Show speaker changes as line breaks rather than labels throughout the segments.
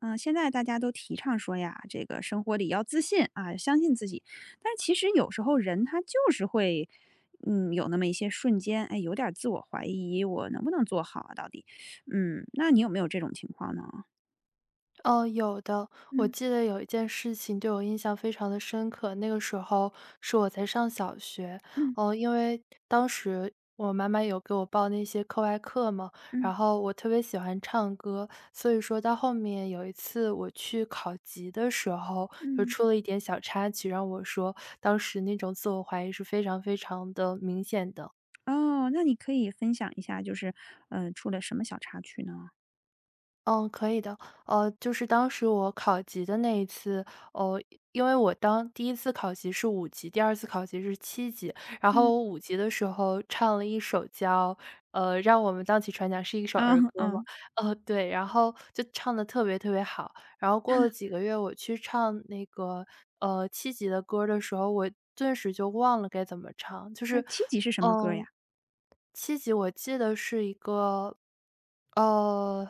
嗯，现在大家都提倡说呀，这个生活里要自信啊，相信自己。但是其实有时候人他就是会，有那么一些瞬间，哎，有点儿自我怀疑，我能不能做好啊？到底，那你有没有这种情况呢？
哦，有的。我
嗯
记得有一件事情对我印象非常的深刻，那个时候是我才上小学。
嗯
哦，因为当时我妈妈有给我报那些课外课嘛，
嗯
然后我特别喜欢唱歌，所以说到后面有一次我去考级的时候，就
嗯，
出了一点小插曲，让我说当时那种自我怀疑是非常非常的明显的。
哦，那你可以分享一下，就是，出了什么小插曲呢？
嗯，可以的。就是当时我考级的那一次，呃，因为我当第一次考级是五级，第二次考级是七级。然
嗯
后我五级的时候唱了一首叫《让我们荡起船桨》，是一首
啊
儿歌嘛。
嗯，
对，然后就唱的特别特别好。然后过了几个月，我去唱那个，七级的歌的时候，我顿时就忘了该怎么唱。就
那
是，
七级是什么歌呀？
嗯七级我记得是一个，呃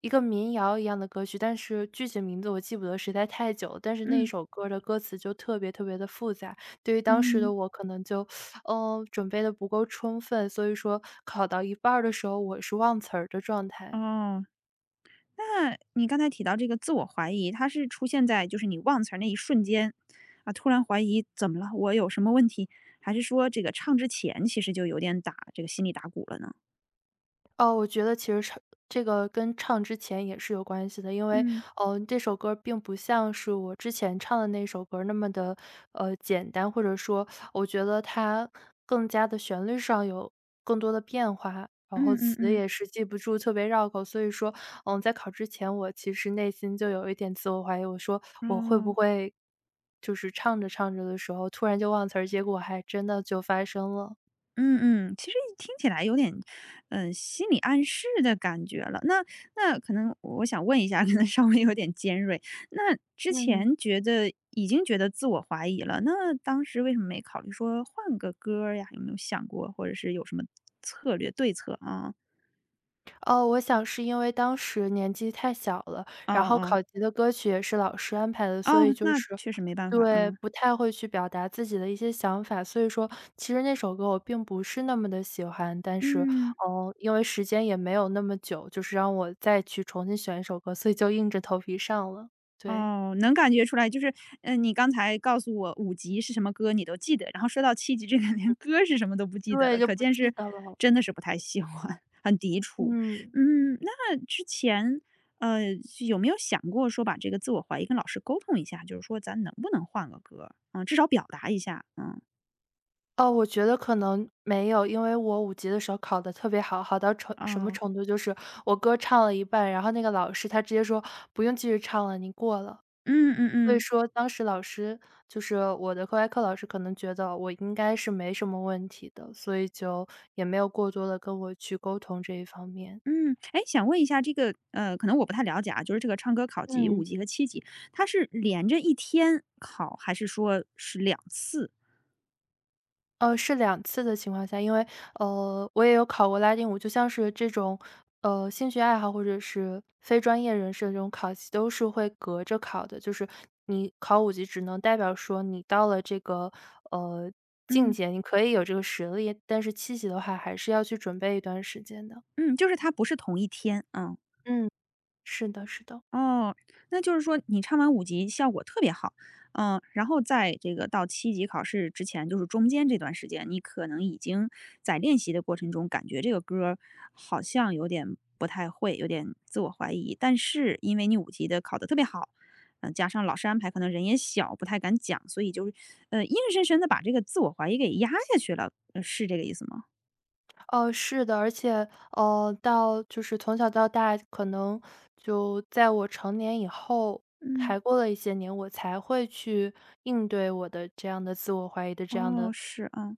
一个民谣一样的歌曲，但是具体名字我记不得，实在太久了。但是那一
嗯
首歌的歌词就特别特别的复杂，对于当时
嗯，
的我可能就，准备的不够充分，所以说考到一半儿的时候，我是忘词儿的状态。
哦。那你刚才提到这个自我怀疑，它是出现在就是你忘词儿那一瞬间，啊，突然怀疑怎么了，我有什么问题？还是说这个唱之前其实就有点打这个心里打鼓了呢？
哦，我觉得其实唱这个跟唱之前也是有关系的，因为，
嗯
这首歌并不像是我之前唱的那首歌那么的，简单，或者说我觉得它更加的旋律上有更多的变化，然
嗯
后
嗯
词
嗯。
也是记不住，特别绕口。所以说，在考之前，我其实内心就有一点自我怀疑，我说我会不
哦。
会就是唱着唱着的时候，突然就忘词儿，结果还真的就发生了。
嗯嗯，其实一听起来有点，心理暗示的感觉了。那可能我想问一下，可能稍微有点尖锐。那之
嗯。
前觉得已经觉得自我怀疑了，那当时为什么没考虑说换个歌儿呀？有没有想过，或者是有什么策略对策啊？
哦，我想是因为当时年纪太小了，
哦
然后
哦
考级的歌曲也是老师安排的，所以
哦，
就
那
是
确实没办法
对，
啊。
不太会去表达自己的一些想法，所以说其实那首歌我并不是那么的喜欢，但是，
嗯。
因为时间也没有那么久，就是让我再去重新选一首歌，所以就硬着头皮上了。对，
哦，能感觉出来，就是，你刚才告诉我五级是什么歌你都记得，然后说到七级这个 连歌是什么都不记得
对，
了，
就
可
不
见
记
是
得了，
真的是不太喜欢，很抵触。
嗯。
那之前，呃，有没有想过说把这个自我怀疑跟老师沟通一下，就是说咱能不能换个歌至少表达一下，嗯。
哦，我觉得可能没有，因为我五级的时候考的特别好，好到什么
哦。
程度，就是我歌唱了一半，然后那个老师他直接说：“不用继续唱了，你过了。”
嗯嗯
所以
嗯。
说当时老师就是我的课外课老师可能觉得我应该是没什么问题的，所以就也没有过多的跟我去沟通这一方面。
嗯，哎，想问一下这个，可能我不太了解啊，就是这个唱歌考级五
嗯。
级和七级，它是连着一天考，还是说是两次？
是2次的情况下，因为，我也有考过拉丁舞，就像是这种，兴趣爱好或者是非专业人士的这种考级都是会隔着考的。就是你考五级只能代表说你到了这个，呃，境
嗯
界，你可以有这个实力，但是七级的话还是要去准备一段时间的。
嗯，就是它不是同一天，嗯。
嗯，是的是的。
哦，那就是说你唱完五级效果特别好，然后在这个到七级考试之前，就是中间这段时间，你可能已经在练习的过程中，感觉这个歌儿好像有点不太会，有点自我怀疑。但是因为你五级的考得特别好，加上老师安排，可能人也小，不太敢讲，所以就是，硬生生的把这个自我怀疑给压下去了，是这个意思吗？
哦，是的，而且，就是从小到大，可能就在我成年以后，
嗯。
还过了一些年，我才会去应对我的这样的自我怀疑的这样
哦，
的
是，啊。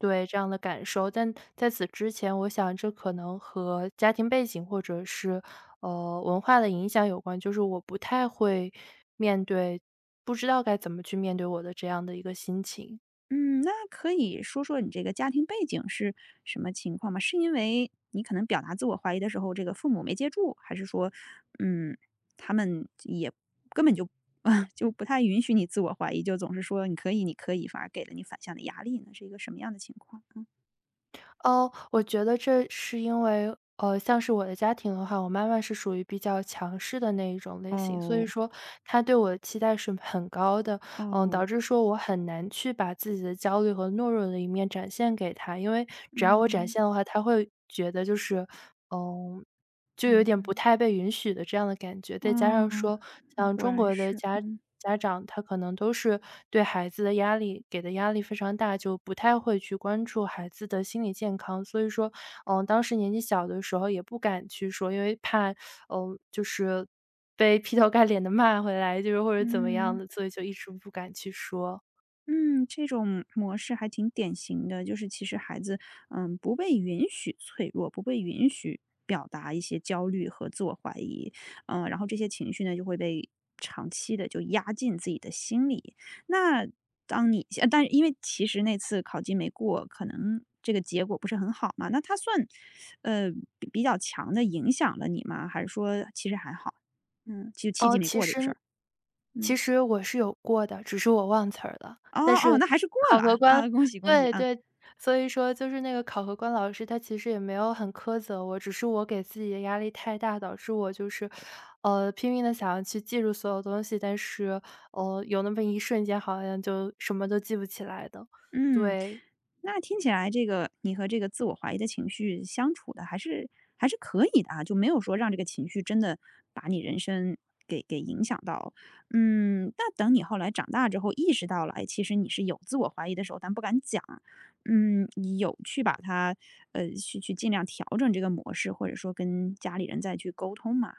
对，这样的感受。但在此之前，我想这可能和家庭背景或者是，文化的影响有关，就是我不太会面对，不知道该怎么去面对我的这样的一个心情。
嗯，那可以说说你这个家庭背景是什么情况吗？是因为你可能表达自我怀疑的时候，这个父母没接住，还是说，嗯，他们也根本就 啊，就不太允许你自我怀疑，就总是说你可以，你可以，反而给了你反向的压力呢？是一个什么样的情况？嗯，
哦，我觉得这是因为，像是我的家庭的话，我妈妈是属于比较强势的那一种类型，所
哦，
以说她对我的期待是很高的，
哦，
导致说我很难去把自己的焦虑和懦弱的一面展现给她，因为只要我展
嗯，
现的话，她会觉得就是，嗯就有
明
点
白，
不太被允许的这样的感觉。再加
哦，
上说，
那
像
果
中
然
国的
是，嗯
家长，他可能都是对孩子的压力给的压力非常大，就不太会去关注孩子的心理健康。所以说，当时年纪小的时候也不敢去说，因为怕，就是被劈头盖脸的骂回来，就是或者怎么样
嗯。
的，所以就一直不敢去说。
嗯，这种模式还挺典型的，就是其实孩子，不被允许脆弱，不被允许表达一些焦虑和自我怀疑，然后这些情绪呢就会被长期的就压进自己的心里。那当你，但是因为其实那次考级没过，可能这个结果不是很好嘛，那它算，呃，比较强的影响了你吗？还是说其实还好？就七级
哦，
没过这个事儿，嗯。
其实我是有过的，只是我忘词儿了。
哦
但
哦，
是
那还是过了
考核
啊！
官
啊，恭喜恭喜
对
啊！
对，所以说就是那个考核官老师，他其实也没有很苛责我，只是我给自己的压力太大，导致我就是，拼命的想要去记住所有东西，但是有那么一瞬间好像就什么都记不起来的。
嗯，
对，
那听起来这个你和这个自我怀疑的情绪相处的还是可以的啊，就没有说让这个情绪真的把你人生给影响到。那等你后来长大之后意识到了，哎，其实你是有自我怀疑的时候，但不敢讲。你有去把它，去尽量调整这个模式，或者说跟家里人再去沟通嘛。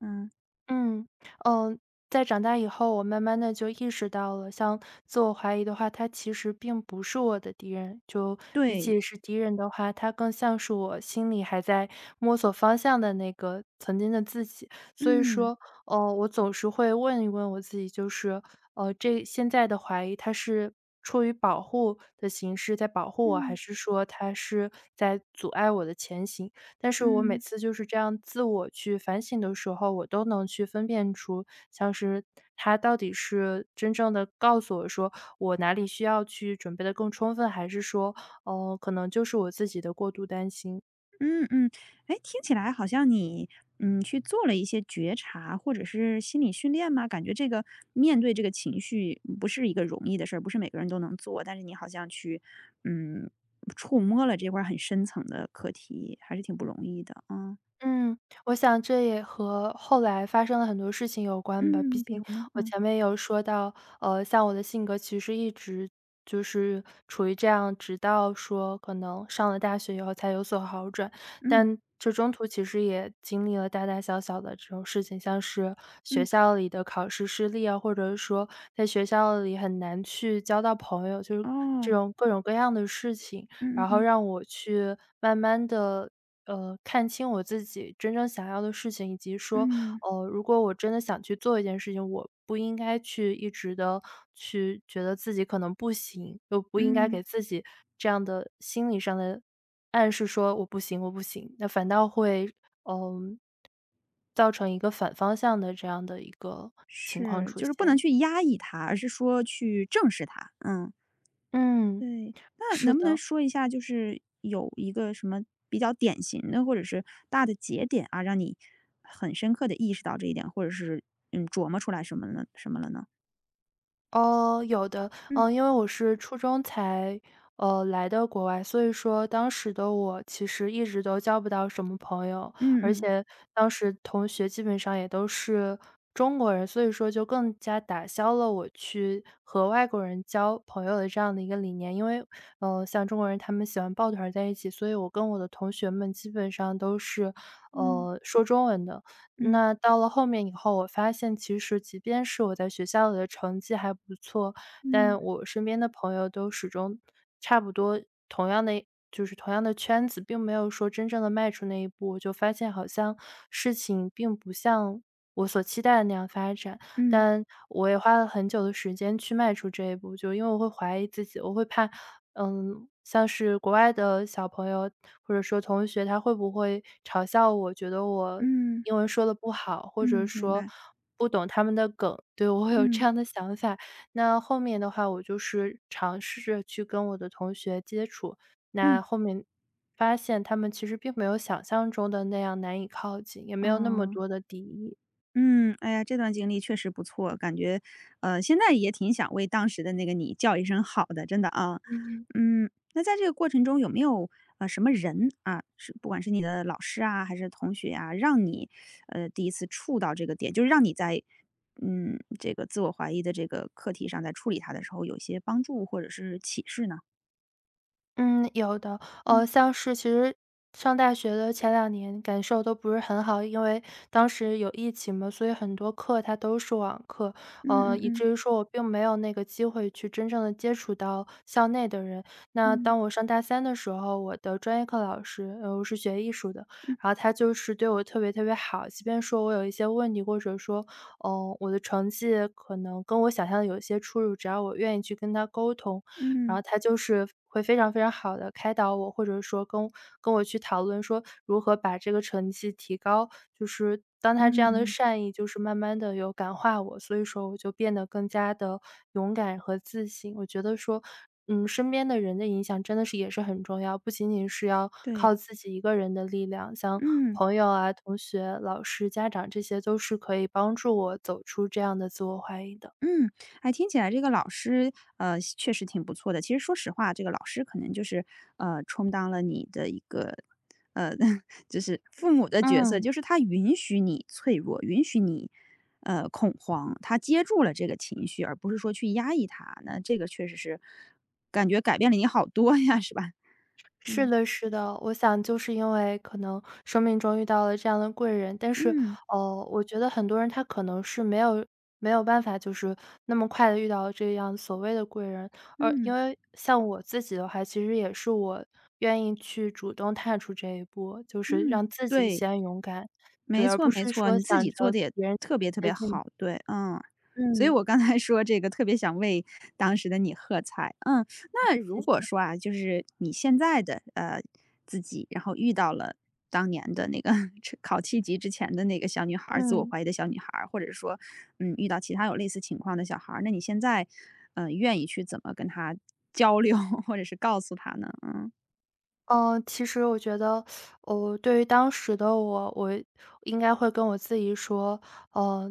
嗯，
嗯，嗯，在长大以后，我慢慢的就意识到了，像自我怀疑的话，它其实并不是我的敌人。就比
对，
起是敌人的话，它更像是我心里还在摸索方向的那个曾经的自己。所以
嗯
说，我总是会问一问我自己，就是，这现在的怀疑它是出于保护的形式在保护我，还
嗯
是说它是在阻碍我的前行？但是我每
嗯。
次就是这样自我去反省的时候，我都能去分辨出，像是他到底是真正的告诉我说我哪里需要去准备的更充分，还是说，可能就是我自己的过度担心。
嗯嗯，哎，听起来好像你去做了一些觉察或者是心理训练吗？感觉这个面对这个情绪不是一个容易的事儿，不是每个人都能做，但是你好像去嗯触摸了这块儿很深层的课题，还是挺不容易的啊。
嗯，我想这也和后来发生了很多事情有关吧。毕
嗯，比
竟
如呢？
我
嗯
前面有说到，像我的性格其实一直就是处于这样，直到说可能上了大学以后才有所好转。
嗯
但这中途其实也经历了大大小小的这种事情，像是学
嗯，
校里的考试失利啊，或者说在学校里很难去交到朋友，就是这
哦，
种各种各样的事情。
嗯嗯
然后
嗯
让我去慢慢的，看清我自己真正想要的事情，以及说，
嗯
如果我真的想去做一件事情，我不应该去一直的去觉得自己可能不行，又不应该
嗯
给自己这样的心理上的暗示说我不行我不行，那反倒会，嗯，造成一个反方向的这样的一个情况
是，
出
就是不能
现。
去压抑它，而是说去正视它。嗯。
嗯，
对，那
是
能不能
的。
说一下，就是有一个什么比较典型的，或者是大的节点啊，让你很深刻的意识到这一点，或者是，琢磨出来什么了什么了呢？
哦，有的，
嗯，
因为我是初中才，来的国外，所以说当时的我其实一直都交不到什么朋友，
嗯
而
嗯，
且当时同学基本上也都是中国人，所以说就更加打消了我去和外国人交朋友的这样的一个理念。因为，像中国人他们喜欢抱团儿在一起，所以我跟我的同学们基本上都是，
嗯
说中文的。
嗯
那到了后面以后，我发现其实即便是我在学校里的成绩还不错，
嗯
但我身边的朋友都始终差不多同样的就是同样的圈子，并没有说真正的迈出那一步。我就发现好像事情并不像我所期待的那样发展。
嗯
但我也花了很久的时间去迈出这一步，就因为我会怀疑自己，我会怕，像是国外的小朋友或者说同学，他会不会嘲笑我，觉得我
嗯
英文说的不好，或者
嗯，明
说
白，
不懂他们的梗，对，我会有这
嗯
样的想法。那后面的话，我就是尝试着去跟我的同学接触，
嗯，
那后面发现他们其实并没有想象中的那样难以靠近，也没有那么
哦。
多的敌意。
嗯，哎呀，这段经历确实不错，感觉，现在也挺想为当时的那个你叫一声好的，真的啊。那在这个过程中有没有什么人啊，是不管是你的老师啊还是同学啊，让你第一次触到这个点，就是让你在这个自我怀疑的这个课题上，在处理它的时候有一些帮助或者是启示呢？
嗯，有的，
嗯
像是其实上大学的前两年感受都不是很好，因为当时有疫情嘛，所以很多课它都是网课，
嗯嗯
以
嗯
至于说我并没有那个机会去真正的接触到校内的人。那当我上大三的时候，我的专业课老师，我是学艺术的，
嗯
然后他就是对我特别特别好，即便说我有一些问题，或者说，我的成绩可能跟我想象的有一些出入，只要我愿意去跟他沟通，然
嗯
后他就是会非常非常好的开导我，或者说跟我去讨论说如何把这个成绩提高，就是当他这
嗯
样的
嗯，
善意就是慢慢的有感化我，所以说我就变得更加的勇敢和自信。我觉得说，嗯，身边的人的影响真的是也是很重要，不仅仅是要
对，
靠自己一个人的力量，像
嗯。
朋友啊、同学、老师、家长这些都是可以帮助我走出这样的自我怀疑的。
嗯，哎，听起来这个老师，确实挺不错的。其实说实话，这个老师可能就是，充当了你的一个，呃，就是父母的角色，
嗯。
就是他允许你脆弱，允许你，恐慌，他接住了这个情绪，而不是说去压抑他。那这个确实是，感觉改变了你好多呀，是吧？
是
嗯
的，是的，我想就是因为可能生命中遇到了这样的贵人，但是，
嗯
我觉得很多人他可能是没有办法，就是那么快的遇到这样所谓的贵人，而因
嗯
为像我自己的话，其实也是我愿意去主动踏出这一步，就是
嗯，
让自己
对。
先勇敢。对，
没
而
错
不
没
是
错，
说
你自
想
己做
着
的也
别人
特别特
接
别
近。
好，对，嗯。所以
嗯，
我刚才说这个特别想为当时的你喝彩，嗯。那
谢
如
谢，
果说啊，就是你现在的，自己，然后遇到了当年的那个 吃考七级之前的那个小女孩儿，自我
嗯。
怀疑的小女孩儿，或者说，遇到其他有类似情况的小孩儿，那你现在愿意去怎么跟她交流，或者是告诉她呢？嗯，
嗯，其实我觉得，对于当时的我，我应该会跟我自己说，呃，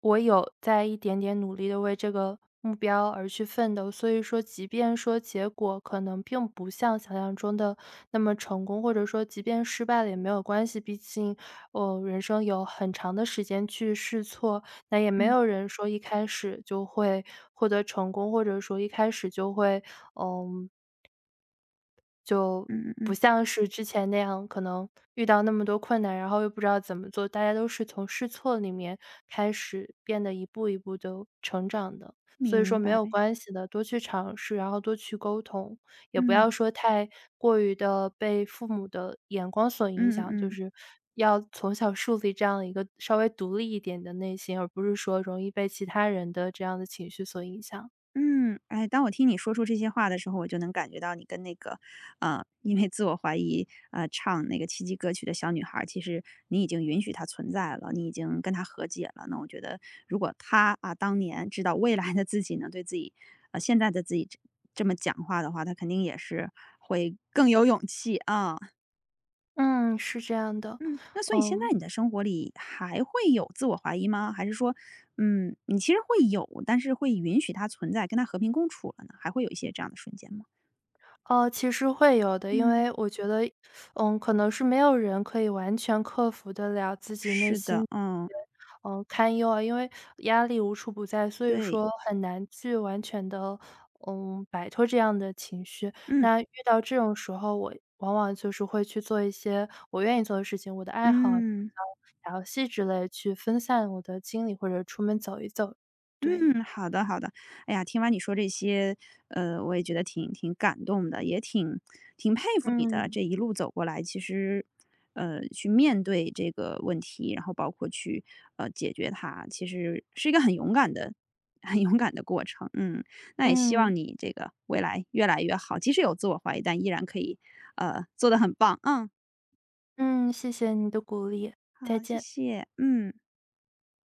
我有在一点点努力的为这个目标而去奋斗，所以说，即便说结果可能并不像想象中的那么成功，或者说即便失败了也没有关系，毕竟我，人生有很长的时间去试错，那也没
嗯，
有人说一开始就会获得成功，或者说一开始就会，嗯、
嗯嗯嗯，
不
嗯
像是之前那样，可能遇到那么多困难，然后又不知道怎么做，大家都是从试错里面开始变得一步一步的成长的。所以
明
说没
白，
有关系的，多去尝试，然后多去沟通，也不要
嗯，
说太过于的被父母的眼光所影
嗯嗯
响，就
嗯。
是要从小树立这样的一个稍微独立一点的内心，而不是说容易被其他人的这样的情绪所影响。
嗯，哎，当我听你说出这些话的时候，我就能感觉到你跟那个，因为自我怀疑，唱那个七迹歌曲的小女孩儿，其实你已经允许她存在了，你已经跟她和解了。那我觉得，如果她啊，当年知道未来的自己能对自己，现在的自己这么讲话的话，她肯定也是会更有勇气啊。
嗯，是这样的，
嗯，那所以现在
嗯。
你的生活里还会有自我怀疑吗？还是说，你其实会有，但是会允许它存在，跟它和平共处了呢？还会有一些这样的瞬间吗？
哦，其实会有的，因
嗯，
为我觉得，嗯，可能是没有人可以完全克服得了自己内
是
心的
的，
一
嗯，
些，嗯，堪忧啊，因为压力无处不在，所以
对，
说很难去完全的，嗯，摆脱这样的情绪。
嗯
那遇到这种时候，我往往就是会去做一些我愿意做的事情，我的爱好啊比如
嗯。
像打游戏之类，去分散我的精力，或者出门走一走。对，
嗯，好的好的。哎呀，听完你说这些，我也觉得挺感动的，也挺佩服你的。
嗯
这一路走过来，其实，去面对这个问题，然后包括去解决它，其实是一个很勇敢的、很勇敢的过程。嗯，那也希
嗯
望你这个未来越来越好，即使有自我怀疑，但依然可以做的很棒。嗯，
嗯，谢谢你的鼓励，再
好，谢
见。
谢。嗯。